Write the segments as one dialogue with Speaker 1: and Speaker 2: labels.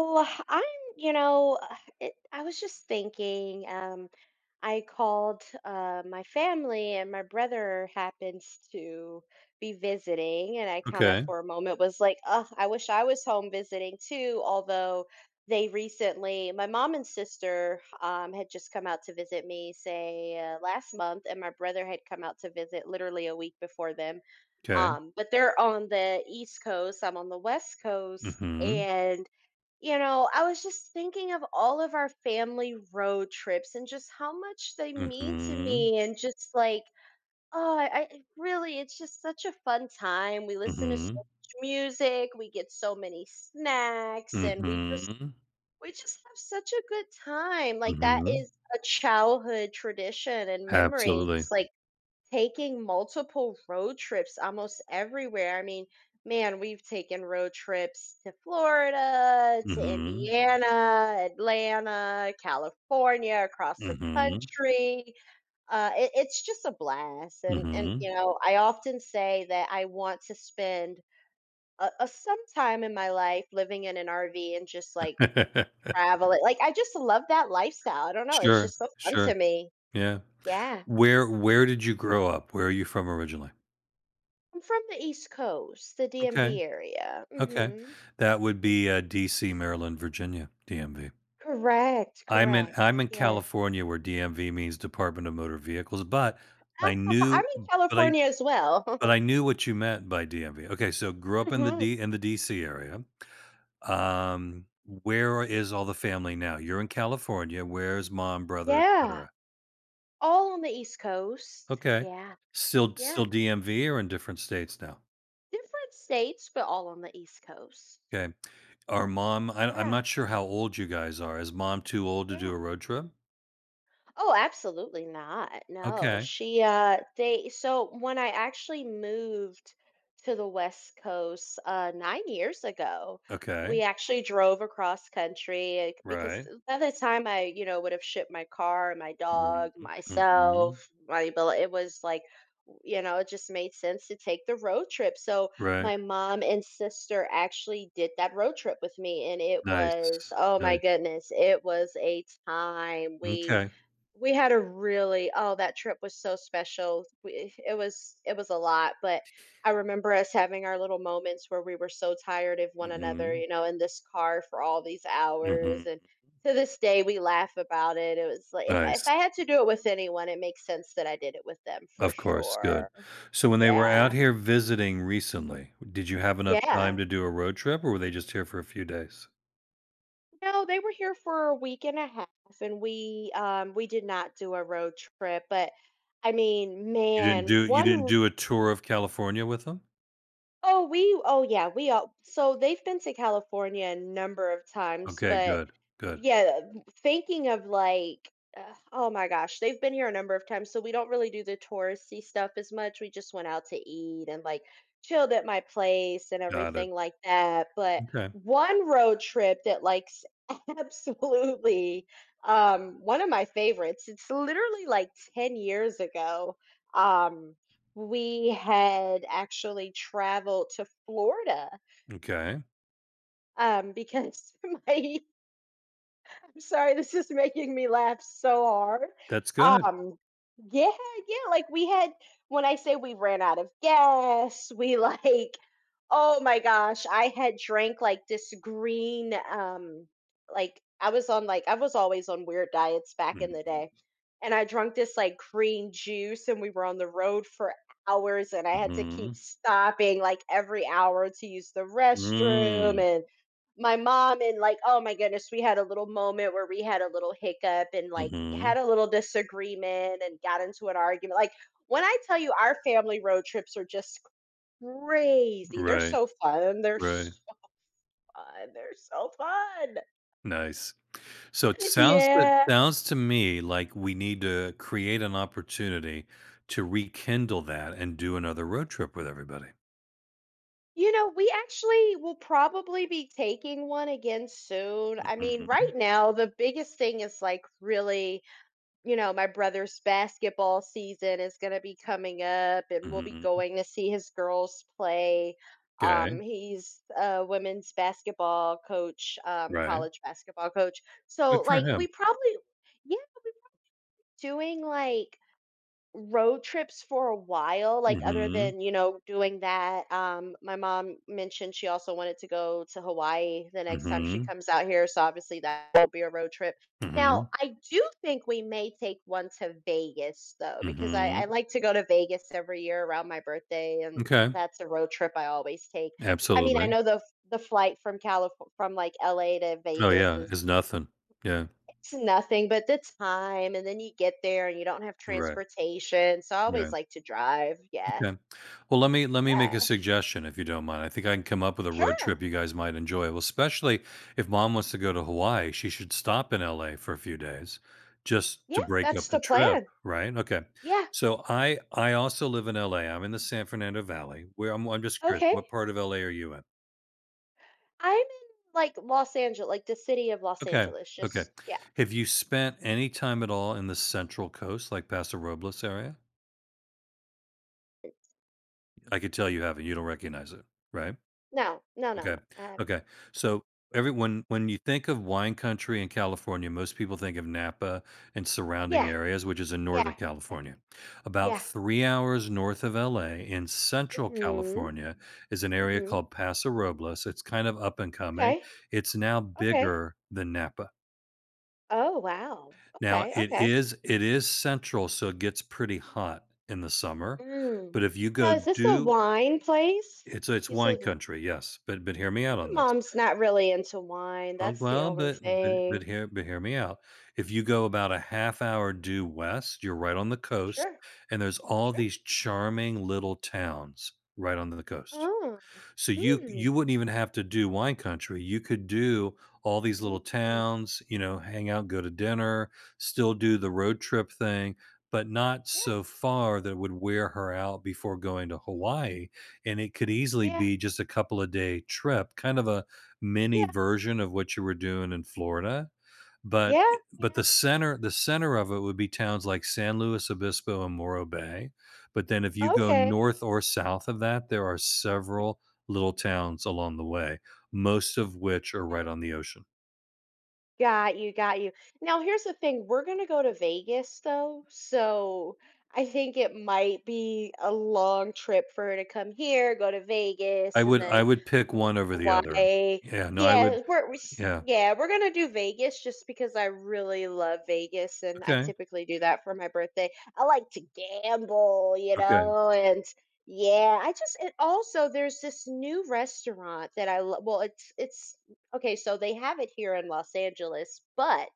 Speaker 1: Well, I'm, you know, it, I was just thinking. I called my family, and my brother happens to be visiting. And I kind of,
Speaker 2: Okay,
Speaker 1: for a moment, was like, "Oh, I wish I was home visiting too." Although they recently, my mom and sister had just come out to visit me, say last month, and my brother had come out to visit literally a week before them
Speaker 2: okay.
Speaker 1: but they're on the East Coast, I'm on the West Coast,
Speaker 2: Mhm,
Speaker 1: and I was just thinking of all of our family road trips and just how much they mean to
Speaker 2: mhm,
Speaker 1: me, and just like, oh, I really, it's just such a fun time. We listen to so
Speaker 2: mhm,
Speaker 1: much music, we get so many snacks, and we just
Speaker 2: mhm,
Speaker 1: we just have such a good time. Like that
Speaker 2: mhm.
Speaker 1: is a childhood tradition and memory.
Speaker 2: Absolutely.
Speaker 1: Just like taking multiple road trips almost everywhere. I mean, man, we've taken road trips to Florida, to
Speaker 2: Mhm,
Speaker 1: Indiana, Atlanta, California, across the
Speaker 2: mhm,
Speaker 1: country. It's just a blast. And, and,
Speaker 2: mhm.
Speaker 1: you know, I often say that I want to spend a some time in my life living in an RV and just like traveling. Like, I just love that lifestyle. I don't know. It's
Speaker 2: Sure,
Speaker 1: just so fun
Speaker 2: sure,
Speaker 1: to me.
Speaker 2: yeah.
Speaker 1: Yeah.
Speaker 2: Where did you grow up? Where are you from originally?
Speaker 1: I'm from the East Coast, the
Speaker 2: Okay,
Speaker 1: DMV area.
Speaker 2: okay.
Speaker 1: Mhm.
Speaker 2: That would be, DC, Maryland, Virginia, DMV.
Speaker 1: Correct,
Speaker 2: I'm in
Speaker 1: correct.
Speaker 2: I'm in
Speaker 1: Yeah.
Speaker 2: California where DMV means Department of Motor Vehicles, but I
Speaker 1: I'm
Speaker 2: knew
Speaker 1: in
Speaker 2: but I
Speaker 1: California as well.
Speaker 2: But I knew what you meant by DMV. Okay, so grew up in the
Speaker 1: Mhm.
Speaker 2: DC area. Where is all the family now? You're in California. Where's mom, brother, et
Speaker 1: Yeah.
Speaker 2: cetera?
Speaker 1: All on the East Coast.
Speaker 2: Okay.
Speaker 1: Yeah.
Speaker 2: Still
Speaker 1: Yeah.
Speaker 2: DMV or in different states now?
Speaker 1: Different states, but all on the East Coast.
Speaker 2: Okay. Are mom, I'm
Speaker 1: Yeah.
Speaker 2: not sure how old you guys are. Is mom too old to do
Speaker 1: Yeah.
Speaker 2: a road trip?
Speaker 1: Oh, absolutely not. No.
Speaker 2: Okay.
Speaker 1: She they so when I actually moved to the West Coast 9 years ago, we
Speaker 2: Okay.
Speaker 1: actually drove across country like, because
Speaker 2: Right.
Speaker 1: by the time I, would have shipped my car, my dog,
Speaker 2: Mhm.
Speaker 1: myself,
Speaker 2: Mhm.
Speaker 1: my bill, it was like it just made sense to take the road trip. So
Speaker 2: Right.
Speaker 1: my mom and sister actually did that road trip with me and it was
Speaker 2: Nice.
Speaker 1: oh my
Speaker 2: Nice.
Speaker 1: goodness, it was a time. We
Speaker 2: Okay.
Speaker 1: we had a really oh, that trip was so special. We it was a lot, but I remember us having our little moments where we were so tired of one another,
Speaker 2: Mhm.
Speaker 1: you know, in this car for all these hours
Speaker 2: Mhm.
Speaker 1: and to this day we laugh about it. It was like if I, if
Speaker 2: Nice.
Speaker 1: I had to do it with anyone, it makes sense that I did it with them for
Speaker 2: Of course, good.
Speaker 1: sure.
Speaker 2: So when they were out
Speaker 1: Yeah.
Speaker 2: here visiting recently, did you have enough time
Speaker 1: Yeah.
Speaker 2: to do a road trip or were they just here for a few days?
Speaker 1: No, they were here for a week and a half and we did not do a road trip, but I mean,
Speaker 2: You didn't
Speaker 1: man,
Speaker 2: do you didn't
Speaker 1: one.
Speaker 2: do a tour of California with them?
Speaker 1: Oh, we oh yeah, we all so they've been to California a number of times,
Speaker 2: Okay,
Speaker 1: but
Speaker 2: good, good.
Speaker 1: yeah, thinking of like oh my gosh, they've been here a number of times, so we don't really do the touristy stuff as much. We just went out to eat and like chilled at my place and
Speaker 2: Got it.
Speaker 1: everything like that. But
Speaker 2: Okay.
Speaker 1: one road trip that likes absolutely one of my favorites. It's literally like 10 years ago. Um we had actually traveled to Florida,
Speaker 2: Okay.
Speaker 1: because my I'm sorry, this is making me laugh so hard.
Speaker 2: That's good.
Speaker 1: Um, yeah, yeah, like we had when I say we ran out of gas, we like, oh my gosh, I had drank like this green, like I was always on weird diets back in the
Speaker 2: Mhm.
Speaker 1: day. And I drank this like green juice and we were on the road for hours and I had to keep
Speaker 2: Mhm.
Speaker 1: stopping like every hour to use the restroom
Speaker 2: Mm.
Speaker 1: and my mom and like oh my goodness we had a little moment where we had a little hiccup and like had
Speaker 2: Mhm.
Speaker 1: a little disagreement and got into an argument like when I tell you our family road trips are just crazy, they're
Speaker 2: Right,
Speaker 1: so fun, they're
Speaker 2: right.
Speaker 1: so fun they're so fun
Speaker 2: Nice. So it sounds it
Speaker 1: Yeah,
Speaker 2: sounds to me like we need to create an opportunity to rekindle that and do another road trip with everybody.
Speaker 1: you know we actually will probably be taking one again soon. I mean right
Speaker 2: Mhm.
Speaker 1: now the biggest thing is like really, you know, my brother's basketball season is going to be coming up and we'll be
Speaker 2: Mhm.
Speaker 1: going to see his girls play.
Speaker 2: Okay.
Speaker 1: He's a women's basketball coach,
Speaker 2: Right.
Speaker 1: college basketball coach. So,
Speaker 2: Good for
Speaker 1: like,
Speaker 2: him.
Speaker 1: we probably, yeah, we are doing like road trips for a while like other
Speaker 2: Mhm,
Speaker 1: than doing that. My mom mentioned she also wanted to go to Hawaii the next time she
Speaker 2: mhm,
Speaker 1: comes out here, so obviously that will be a road trip. Now
Speaker 2: mhm,
Speaker 1: I do think we may take one to Vegas though, because I
Speaker 2: mhm.
Speaker 1: like to go to Vegas every year around my birthday, and
Speaker 2: Okay,
Speaker 1: that's a road trip I always take. I mean I
Speaker 2: absolutely.
Speaker 1: know the flight from California, from like LA to
Speaker 2: Oh,
Speaker 1: Vegas,
Speaker 2: yeah,
Speaker 1: is
Speaker 2: it's nothing. Yeah,
Speaker 1: it's nothing but the time, and then you get there and you don't have
Speaker 2: right,
Speaker 1: transportation, so I
Speaker 2: yeah,
Speaker 1: always like to drive. Yeah,
Speaker 2: okay. Well, let me make a
Speaker 1: yeah,
Speaker 2: suggestion if you don't mind. I think I can come up with a road
Speaker 1: sure.
Speaker 2: trip you guys might enjoy. Well, especially if mom wants to go to Hawaii, she should stop in LA for a few days just to
Speaker 1: Yeah,
Speaker 2: break
Speaker 1: that's
Speaker 2: up the
Speaker 1: the
Speaker 2: trip,
Speaker 1: plan.
Speaker 2: right? Okay.
Speaker 1: Yeah,
Speaker 2: So I also live in LA. I'm in the San Fernando Valley. Where I'm just curious,
Speaker 1: okay.
Speaker 2: what part of LA are you in?
Speaker 1: I'm in, like, Los Angeles, like, the city of Los
Speaker 2: Okay.
Speaker 1: Angeles,
Speaker 2: Okay.
Speaker 1: just yeah.
Speaker 2: Have you spent any time at all in the Central Coast, like Paso Robles area? I could tell you haven't. You don't recognize it, right?
Speaker 1: No, no, no,
Speaker 2: Okay.
Speaker 1: no, I haven't.
Speaker 2: Okay. So every when you think of wine country in California, most people think of Napa and surrounding
Speaker 1: Yeah,
Speaker 2: areas, which is in Northern
Speaker 1: yeah, yeah,
Speaker 2: California. About
Speaker 1: yeah.
Speaker 2: 3 hours north of LA in Central
Speaker 1: Mhm,
Speaker 2: California is an area
Speaker 1: mhm.
Speaker 2: called Paso Robles. It's kind of up and coming.
Speaker 1: Okay,
Speaker 2: It's now
Speaker 1: okay.
Speaker 2: bigger than Napa.
Speaker 1: Oh, wow.
Speaker 2: Now
Speaker 1: Okay,
Speaker 2: it
Speaker 1: okay.
Speaker 2: is it is central, so it gets pretty hot in the summer,
Speaker 1: Mm.
Speaker 2: but if you
Speaker 1: Now
Speaker 2: go
Speaker 1: is this a
Speaker 2: due
Speaker 1: wine place?
Speaker 2: it's
Speaker 1: You
Speaker 2: wine
Speaker 1: said
Speaker 2: country, yes, but hear me out on this.
Speaker 1: mom's not really into wine.
Speaker 2: Oh,
Speaker 1: That's the
Speaker 2: well,
Speaker 1: only
Speaker 2: but but but
Speaker 1: thing.
Speaker 2: hear but hear me out. If you go about a half hour due west, you're right on the coast,
Speaker 1: Sure,
Speaker 2: and there's all
Speaker 1: sure.
Speaker 2: these charming little towns right on the coast.
Speaker 1: Oh,
Speaker 2: So you
Speaker 1: hmm.
Speaker 2: you wouldn't even have to do wine country. You could do all these
Speaker 1: Mm,
Speaker 2: little towns, you know, hang out, go to dinner, still do the road trip thing, but not
Speaker 1: yeah,
Speaker 2: so far that it would wear her out before going to Hawaii. And it could easily
Speaker 1: yeah,
Speaker 2: be just a couple of day trip, kind of a mini
Speaker 1: yeah,
Speaker 2: version of what you were doing in Florida, but
Speaker 1: yeah,
Speaker 2: but
Speaker 1: yeah.
Speaker 2: the center the center of it would be towns like San Luis Obispo and Morro Bay, but then if you go north or south of that, there are
Speaker 1: Okay.
Speaker 2: several little towns along the way, most of which are right on the ocean.
Speaker 1: Got you, got you. Now here's the thing, we're gonna go to Vegas though, so I think it might be a long trip for her to come here, go to
Speaker 2: I
Speaker 1: Vegas, and
Speaker 2: would I
Speaker 1: then
Speaker 2: would pick one over the other.
Speaker 1: Hawaii.
Speaker 2: Yeah, no, I would, yeah.
Speaker 1: Yeah, we're gonna do Vegas just because I really love Vegas, and I
Speaker 2: Okay,
Speaker 1: typically do that for my birthday. I like to gamble, you
Speaker 2: okay.
Speaker 1: know, and yeah, I just and also there's this new restaurant that I love. Well, it's okay, so they have it here in Los Angeles, but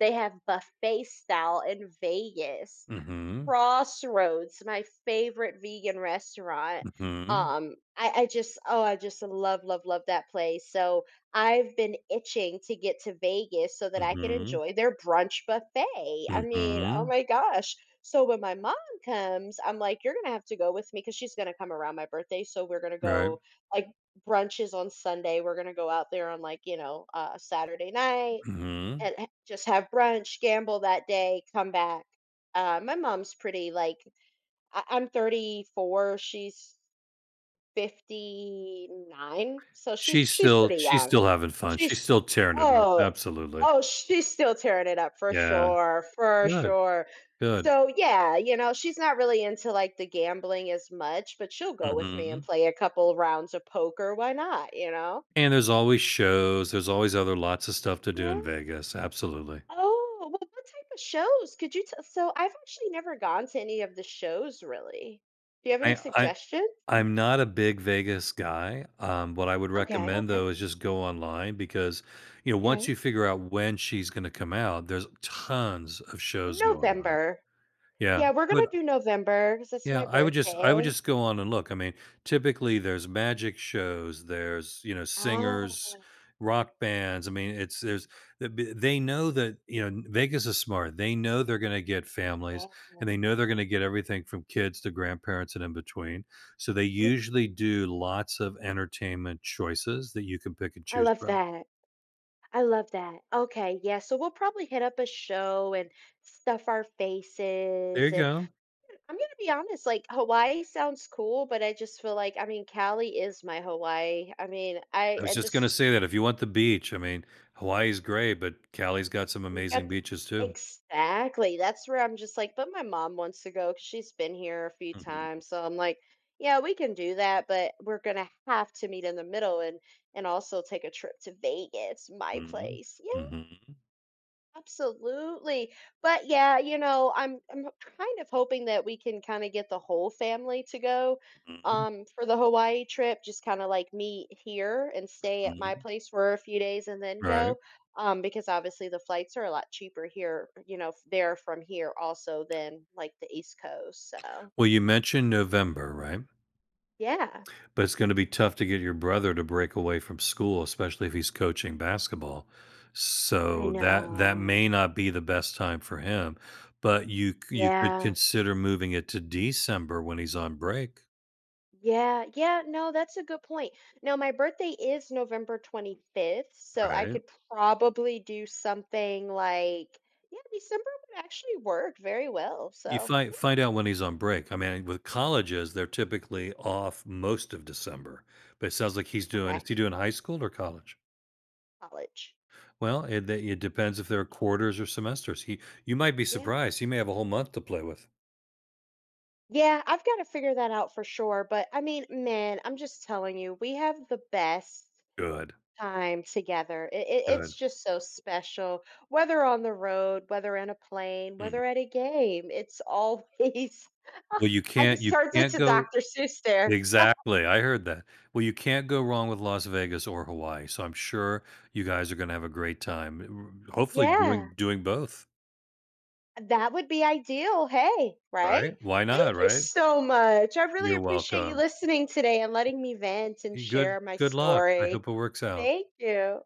Speaker 1: they have buffet style in Vegas.
Speaker 2: Mhm,
Speaker 1: Crossroads, my favorite vegan restaurant.
Speaker 2: mhm,
Speaker 1: I just, oh, I just love, love, love that place. So I've been itching to get to Vegas so that I can
Speaker 2: mhm,
Speaker 1: enjoy their brunch buffet. I mean, oh
Speaker 2: mhm,
Speaker 1: my gosh. So when my mom comes, I'm like, you're gonna have to go with me because she's gonna come around my birthday. So we're gonna
Speaker 2: right,
Speaker 1: go like brunches on Sunday. We're gonna go out there on like, you know, Saturday night
Speaker 2: mhm.
Speaker 1: and just have brunch, gamble that day, come back. My mom's pretty like I- I'm 34, she's 59, so she's
Speaker 2: She's
Speaker 1: she's
Speaker 2: still
Speaker 1: pretty
Speaker 2: she's
Speaker 1: young.
Speaker 2: still having fun,
Speaker 1: She's
Speaker 2: she's still tearing it up,
Speaker 1: oh
Speaker 2: absolutely.
Speaker 1: oh she's still tearing it up for
Speaker 2: Yeah,
Speaker 1: sure, for
Speaker 2: good,
Speaker 1: sure.
Speaker 2: good.
Speaker 1: So yeah, you know she's not really into like the gambling as much, but she'll go with me and
Speaker 2: Mhm.
Speaker 1: play a couple rounds of poker. Why not? You know?
Speaker 2: And there's always shows, there's always other lots of stuff to do in Vegas, absolutely.
Speaker 1: Oh, well, what type of shows could you tell? So I've actually never gone to any of the shows really. Do you have any
Speaker 2: I
Speaker 1: suggestions?
Speaker 2: I'm not a big Vegas guy. Um, what I would
Speaker 1: Okay,
Speaker 2: recommend,
Speaker 1: okay,
Speaker 2: though, is just go online because, you know, once
Speaker 1: okay.
Speaker 2: you figure out when she's gonna come out, there's tons of shows going on.
Speaker 1: November.
Speaker 2: Yeah,
Speaker 1: Yeah,
Speaker 2: I
Speaker 1: we're
Speaker 2: would
Speaker 1: gonna do November because it's
Speaker 2: Yeah,
Speaker 1: my
Speaker 2: I would
Speaker 1: birthday.
Speaker 2: just go on and look. I mean, typically there's magic shows, there's, you know,
Speaker 1: Ah,
Speaker 2: singers, rock bands. I mean, it's there's th- b- they know that, you know, Vegas is smart. They know they're going to get
Speaker 1: yeah.
Speaker 2: families and they know they're going to get everything from kids to grandparents and in between. So they
Speaker 1: Mm,
Speaker 2: usually do lots of entertainment choices that you can pick and
Speaker 1: I
Speaker 2: choose
Speaker 1: love
Speaker 2: from.
Speaker 1: that. I love that. Okay, yeah. So we'll probably hit up a show and stuff our
Speaker 2: There
Speaker 1: faces.
Speaker 2: you
Speaker 1: And
Speaker 2: go.
Speaker 1: I'm gonna be honest, like Hawaii sounds cool, but I just feel like I mean Cali is my Hawaii. I mean, I,
Speaker 2: I was
Speaker 1: I
Speaker 2: just going to
Speaker 1: just
Speaker 2: say that if you want the beach, I mean, Hawaii's great, but Cali's got some
Speaker 1: we've
Speaker 2: amazing
Speaker 1: got the
Speaker 2: beaches too.
Speaker 1: exactly, that's where I'm just like, "But my mom wants to go because 'cause she's been here a few times," so I'm like, "Yeah, we can do that, but we're gonna have to meet in the middle and also take a trip to Vegas, my
Speaker 2: Mhm.
Speaker 1: place."
Speaker 2: Mhm.
Speaker 1: Absolutely. But yeah, you know, I'm kind of hoping that we can kind of get the whole family to go
Speaker 2: Mhm.
Speaker 1: for the Hawaii trip, just kind of like meet here and stay at my
Speaker 2: Mhm.
Speaker 1: place for a few days and then
Speaker 2: Right.
Speaker 1: go because obviously the flights are a lot cheaper here, you know, there from here also than like the East Coast. So,
Speaker 2: Well, you mentioned November, right?
Speaker 1: yeah.
Speaker 2: But it's gonna be tough to get your brother to break away from school, especially if he's coaching basketball.
Speaker 1: I
Speaker 2: So that may
Speaker 1: know.
Speaker 2: not be the best time for him, but you could
Speaker 1: Yeah.
Speaker 2: consider moving it to December when he's on break,
Speaker 1: Yeah, yeah, no, that's a good point. Now, my birthday is November 25th, so I
Speaker 2: right?
Speaker 1: could probably do something like, yeah, December would actually work very well.
Speaker 2: You
Speaker 1: So,
Speaker 2: find
Speaker 1: yeah,
Speaker 2: find out when he's on break. I mean, with colleges, they're typically off most of December, but it sounds like
Speaker 1: okay,
Speaker 2: he doing high school or college?
Speaker 1: college.
Speaker 2: Well, it depends if there are quarters or semesters. He You might be
Speaker 1: Yeah.
Speaker 2: surprised. He may have a whole month to play with.
Speaker 1: Yeah, I've got to figure that out for sure. But I mean, man, I'm just telling you, we have the best
Speaker 2: Good,
Speaker 1: time together. It, it,
Speaker 2: good.
Speaker 1: it's just so special, whether on the road, whether in a plane,
Speaker 2: Mhm.
Speaker 1: whether at a game. It's always,
Speaker 2: Well,
Speaker 1: I just
Speaker 2: you
Speaker 1: turned
Speaker 2: can't
Speaker 1: into
Speaker 2: go
Speaker 1: Dr. Seuss there.
Speaker 2: exactly, I heard that. Well, you can't go wrong with Las Vegas or Hawaii, so I'm sure you guys are gonna have a great time. R Hopefully doing
Speaker 1: Yeah,
Speaker 2: doing both,
Speaker 1: that would be ideal. Hey, right?
Speaker 2: right? Why
Speaker 1: Thank
Speaker 2: not,
Speaker 1: you
Speaker 2: right?
Speaker 1: so much. I really
Speaker 2: You're
Speaker 1: appreciate you
Speaker 2: welcome.
Speaker 1: listening today and letting me vent and
Speaker 2: Y Good,
Speaker 1: share my
Speaker 2: good luck. I
Speaker 1: story.
Speaker 2: hope it works out.
Speaker 1: Thank you.